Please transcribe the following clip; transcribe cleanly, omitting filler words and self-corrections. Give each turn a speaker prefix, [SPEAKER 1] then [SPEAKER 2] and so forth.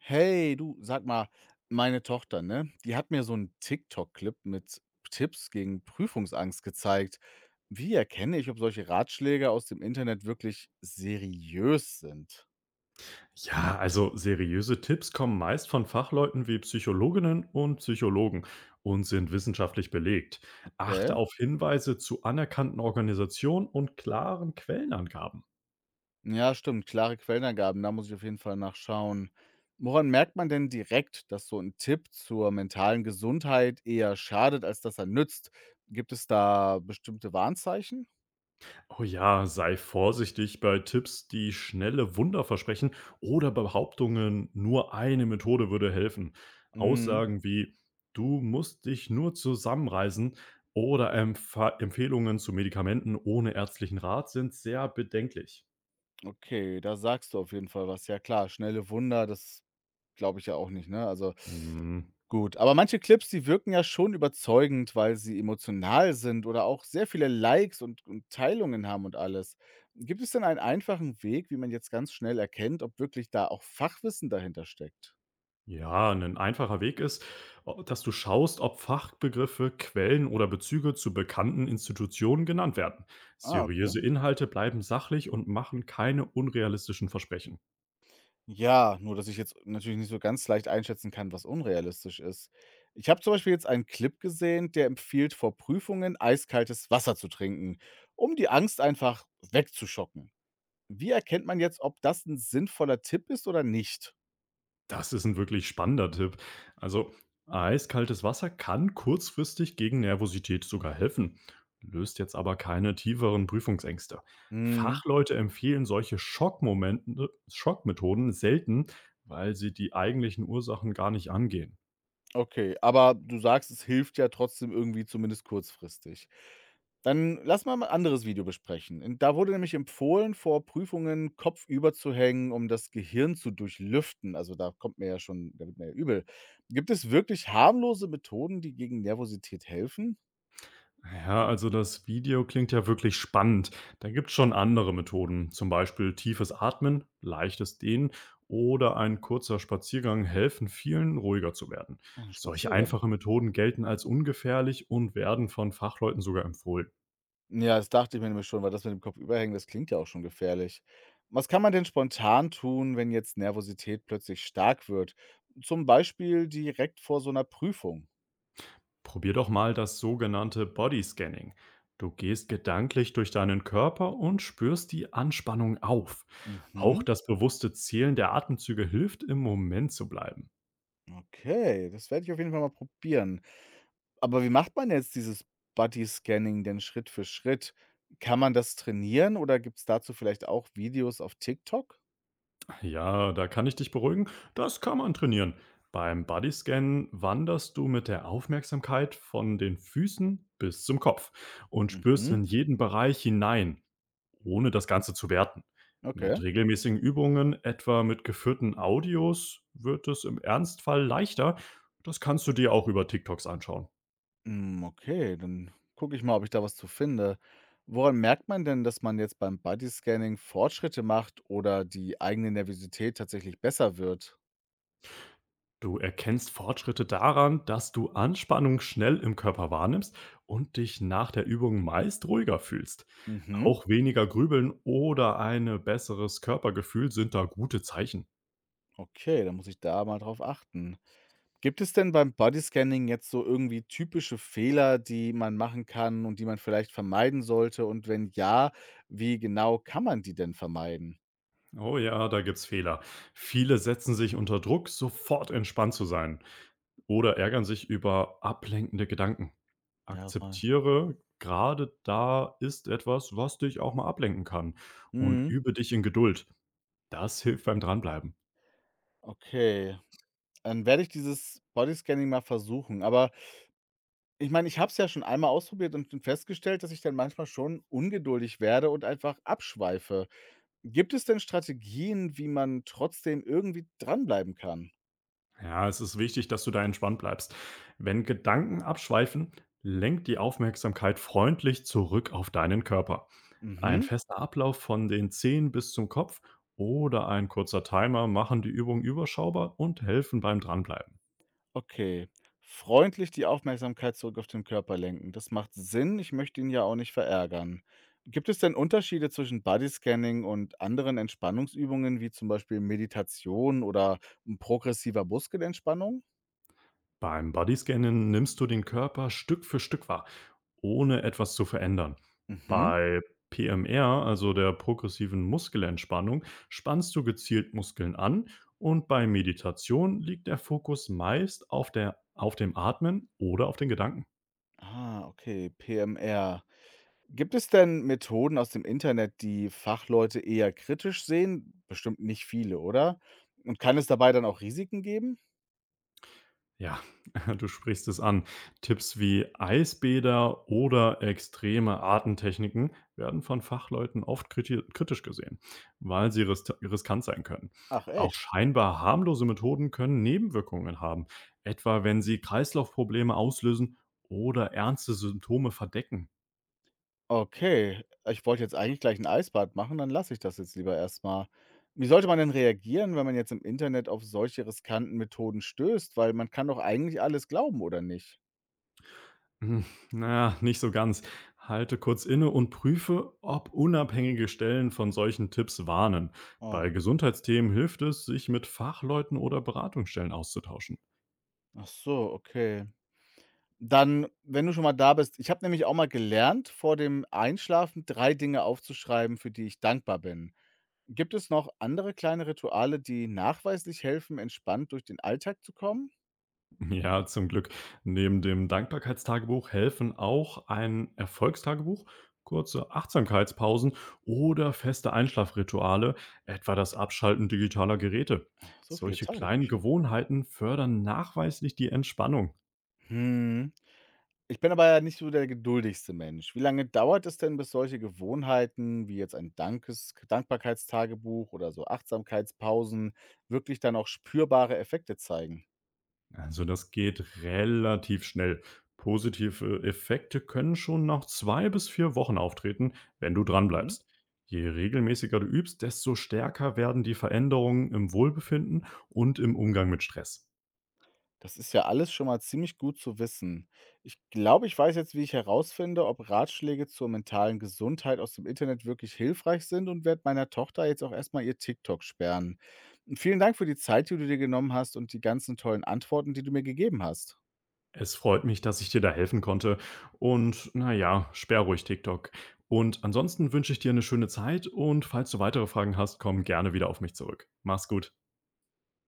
[SPEAKER 1] Hey, du, sag mal, meine Tochter, ne? Die hat mir so einen TikTok-Clip mit Tipps gegen Prüfungsangst gezeigt. Wie erkenne ich, ob solche Ratschläge aus dem Internet wirklich seriös sind?
[SPEAKER 2] Ja, also seriöse Tipps kommen meist von Fachleuten wie Psychologinnen und Psychologen und sind wissenschaftlich belegt.
[SPEAKER 1] Okay.
[SPEAKER 2] Achte auf Hinweise zu anerkannten Organisationen und klaren Quellenangaben.
[SPEAKER 1] Ja, stimmt. Klare Quellenangaben, da muss ich auf jeden Fall nachschauen. Woran merkt man denn direkt, dass so ein Tipp zur mentalen Gesundheit eher schadet, als dass er nützt? Gibt es da bestimmte Warnzeichen?
[SPEAKER 2] Oh ja, sei vorsichtig bei Tipps, die schnelle Wunder versprechen oder Behauptungen, nur eine Methode würde helfen.
[SPEAKER 1] Mhm.
[SPEAKER 2] Aussagen wie du musst dich nur zusammenreißen oder Empfehlungen zu Medikamenten ohne ärztlichen Rat sind sehr bedenklich.
[SPEAKER 1] Okay, da sagst du auf jeden Fall was. Ja klar, schnelle Wunder, das glaube ich ja auch nicht, ne? Also,
[SPEAKER 2] Hm,
[SPEAKER 1] gut. Aber manche Clips, die wirken ja schon überzeugend, weil sie emotional sind oder auch sehr viele Likes und Teilungen haben und alles. Gibt es denn einen einfachen Weg, wie man jetzt ganz schnell erkennt, ob wirklich da auch Fachwissen dahinter steckt?
[SPEAKER 2] ja, ein einfacher Weg ist, o dass du schaust, ob Fachbegriffe, Quellen oder Bezüge zu bekannten Institutionen genannt werden.
[SPEAKER 1] Ah, okay.
[SPEAKER 2] Seriöse Inhalte bleiben sachlich und machen keine unrealistischen Versprechen.
[SPEAKER 1] Ja, nur dass ich jetzt natürlich nicht so ganz leicht einschätzen kann, was unrealistisch ist. Ich habe zum Beispiel jetzt einen Clip gesehen, der empfiehlt, vor Prüfungen eiskaltes Wasser zu trinken, um die Angst einfach wegzuschocken. Wie erkennt man jetzt, ob das ein sinnvoller Tipp ist oder nicht?
[SPEAKER 2] Das ist ein wirklich spannender Tipp. Also, eiskaltes Wasser kann kurzfristig gegen Nervosität sogar helfen, löst jetzt aber keine tieferen Prüfungsängste.
[SPEAKER 1] Mhm.
[SPEAKER 2] Fachleute empfehlen solche Schockmomente Schockmethoden selten, weil sie die eigentlichen Ursachen gar nicht angehen.
[SPEAKER 1] Okay, aber du sagst, es hilft ja trotzdem irgendwie zumindest kurzfristig. Dann lass mal ein anderes Video besprechen. Und da wurde nämlich empfohlen, vor Prüfungen kopfüber zu hängen, um das Gehirn zu durchlüften. Also, da kommt mir ja schon, da wird mir ja übel. Gibt es wirklich harmlose Methoden, die gegen Nervosität helfen?
[SPEAKER 2] Ja, also das Video klingt ja wirklich spannend. Da gibt es schon andere Methoden, zum Beispiel tiefes Atmen, leichtes Dehnen oder ein kurzer Spaziergang helfen vielen, ruhiger zu werden.
[SPEAKER 1] Ein
[SPEAKER 2] Solche
[SPEAKER 1] Spaziergang.
[SPEAKER 2] einfache Methoden gelten als ungefährlich und werden von Fachleuten sogar empfohlen.
[SPEAKER 1] Ja, das dachte ich mir nämlich schon, weil das mit dem Kopfüberhängen, das klingt ja auch schon gefährlich. Was kann man denn spontan tun, wenn jetzt Nervosität plötzlich stark wird? Zum Beispiel direkt vor so einer Prüfung.
[SPEAKER 2] Probier doch mal das sogenannte Body Scanning. Du gehst gedanklich durch deinen Körper und spürst die Anspannung auf. Auch
[SPEAKER 1] Mhm,
[SPEAKER 2] das bewusste Zählen der Atemzüge hilft, im Moment zu bleiben.
[SPEAKER 1] okay, das werde ich auf jeden Fall mal probieren. Aber wie macht man jetzt dieses Body-Scanning denn Schritt für Schritt? Kann man das trainieren oder gibt's dazu vielleicht auch Videos auf TikTok?
[SPEAKER 2] Ja, da kann ich dich beruhigen. Das kann man trainieren. Beim Bodyscan wanderst du mit der Aufmerksamkeit von den Füßen bis zum Kopf und spürst
[SPEAKER 1] Mhm,
[SPEAKER 2] in jeden Bereich hinein, ohne das Ganze zu werten.
[SPEAKER 1] okay.
[SPEAKER 2] Mit regelmäßigen Übungen, etwa mit geführten Audios, wird es im Ernstfall leichter. Das kannst du dir auch über TikToks anschauen.
[SPEAKER 1] Hm, okay, dann gucke ich mal, ob ich da was zu finde. Woran merkt man denn, dass man jetzt beim Bodyscanning Fortschritte macht oder die eigene Nervosität tatsächlich besser wird?
[SPEAKER 2] Du erkennst Fortschritte daran, dass du Anspannung schnell im Körper wahrnimmst und dich nach der Übung meist ruhiger fühlst.
[SPEAKER 1] Mhm,
[SPEAKER 2] Auch weniger Grübeln oder ein besseres Körpergefühl sind da gute Zeichen.
[SPEAKER 1] okay, dann muss ich da mal drauf achten. Gibt es denn beim Bodyscanning jetzt so irgendwie typische Fehler, die man machen kann und die man vielleicht vermeiden sollte? Und wenn ja, wie genau kann man die denn vermeiden?
[SPEAKER 2] Oh ja, da gibt's Fehler. Viele setzen sich unter Druck, sofort entspannt zu sein oder ärgern sich über ablenkende Gedanken.
[SPEAKER 1] Ja, das mal.
[SPEAKER 2] Akzeptiere, gerade da ist etwas, was dich auch mal ablenken kann und
[SPEAKER 1] Mhm,
[SPEAKER 2] übe dich in Geduld. Das hilft beim Dranbleiben.
[SPEAKER 1] okay. Dann werde ich dieses Bodyscanning mal versuchen. Aber ich meine, ich habe es ja schon einmal ausprobiert und festgestellt, dass ich dann manchmal schon ungeduldig werde und einfach abschweife. Gibt es denn Strategien, wie man trotzdem irgendwie dranbleiben kann?
[SPEAKER 2] Ja, es ist wichtig, dass du da entspannt bleibst. Wenn Gedanken abschweifen, lenk die Aufmerksamkeit freundlich zurück auf deinen Körper. Ein
[SPEAKER 1] Mhm,
[SPEAKER 2] fester Ablauf von den Zehen bis zum Kopf oder ein kurzer Timer machen die Übung überschaubar und helfen beim Dranbleiben.
[SPEAKER 1] okay. Freundlich die Aufmerksamkeit zurück auf den Körper lenken. Das macht Sinn. Ich möchte ihn ja auch nicht verärgern. Gibt es denn Unterschiede zwischen Bodyscanning und anderen Entspannungsübungen, wie zum Beispiel Meditation oder progressiver Muskelentspannung?
[SPEAKER 2] Beim Bodyscannen nimmst du den Körper Stück für Stück wahr, ohne etwas zu verändern.
[SPEAKER 1] Mhm.
[SPEAKER 2] Bei PMR, also der progressiven Muskelentspannung, spannst du gezielt Muskeln an und bei Meditation liegt der Fokus meist auf dem Atmen oder auf den Gedanken.
[SPEAKER 1] Ah, okay. PMR. Gibt es denn Methoden aus dem Internet, die Fachleute eher kritisch sehen? Bestimmt nicht viele, oder? Und kann es dabei dann auch Risiken geben?
[SPEAKER 2] Ja, du sprichst es an. Tipps wie Eisbäder oder extreme Artentechniken werden von Fachleuten oft kritisch gesehen, weil sie riskant sein können.
[SPEAKER 1] Ach
[SPEAKER 2] Auch
[SPEAKER 1] echt?
[SPEAKER 2] scheinbar harmlose Methoden können Nebenwirkungen haben, etwa wenn sie Kreislaufprobleme auslösen oder ernste Symptome verdecken.
[SPEAKER 1] Okay, ich wollte jetzt eigentlich gleich ein Eisbad machen, dann lasse ich das jetzt lieber erstmal. Wie sollte man denn reagieren, wenn man jetzt im Internet auf solche riskanten Methoden stößt? Weil man kann doch eigentlich alles glauben, oder nicht?
[SPEAKER 2] Hm, na ja, nicht so ganz. Halte kurz inne und prüfe, ob unabhängige Stellen von solchen Tipps warnen.
[SPEAKER 1] Oh,
[SPEAKER 2] Bei Gesundheitsthemen hilft es, sich mit Fachleuten oder Beratungsstellen auszutauschen.
[SPEAKER 1] ach so, okay. Dann, wenn du schon mal da bist, ich habe nämlich auch mal gelernt, vor dem Einschlafen 3 Dinge aufzuschreiben, für die ich dankbar bin. Gibt es noch andere kleine Rituale, die nachweislich helfen, entspannt durch den Alltag zu kommen?
[SPEAKER 2] Ja, zum Glück. Neben dem Dankbarkeitstagebuch helfen auch ein Erfolgstagebuch, kurze Achtsamkeitspausen oder feste Einschlafrituale, etwa das Abschalten digitaler Geräte.
[SPEAKER 1] So viele
[SPEAKER 2] Solche kleinen
[SPEAKER 1] Tagebücher.
[SPEAKER 2] Gewohnheiten fördern nachweislich die Entspannung.
[SPEAKER 1] Hm. Ich bin aber ja nicht so der geduldigste Mensch. Wie lange dauert es denn, bis solche Gewohnheiten wie jetzt ein Dankes Dankbarkeitstagebuch oder so Achtsamkeitspausen wirklich dann auch spürbare Effekte zeigen?
[SPEAKER 2] Also das geht relativ schnell. Positive Effekte können schon nach 2 bis 4 Wochen auftreten, wenn du
[SPEAKER 1] Mhm.
[SPEAKER 2] dranbleibst. Je regelmäßiger du übst, desto stärker werden die Veränderungen im Wohlbefinden und im Umgang mit Stress.
[SPEAKER 1] Das ist ja alles schon mal ziemlich gut zu wissen. Ich glaube, ich weiß jetzt, wie ich herausfinde, ob Ratschläge zur mentalen Gesundheit aus dem Internet wirklich hilfreich sind und werde meiner Tochter jetzt auch erstmal ihr TikTok sperren. Vielen Dank für die Zeit, die du dir genommen hast und die ganzen tollen Antworten, die du mir gegeben hast.
[SPEAKER 2] Es freut mich, dass ich dir da helfen konnte. Und naja, sperr ruhig TikTok. Und ansonsten wünsche ich dir eine schöne Zeit und falls du weitere Fragen hast, komm gerne wieder auf mich zurück. Mach's gut.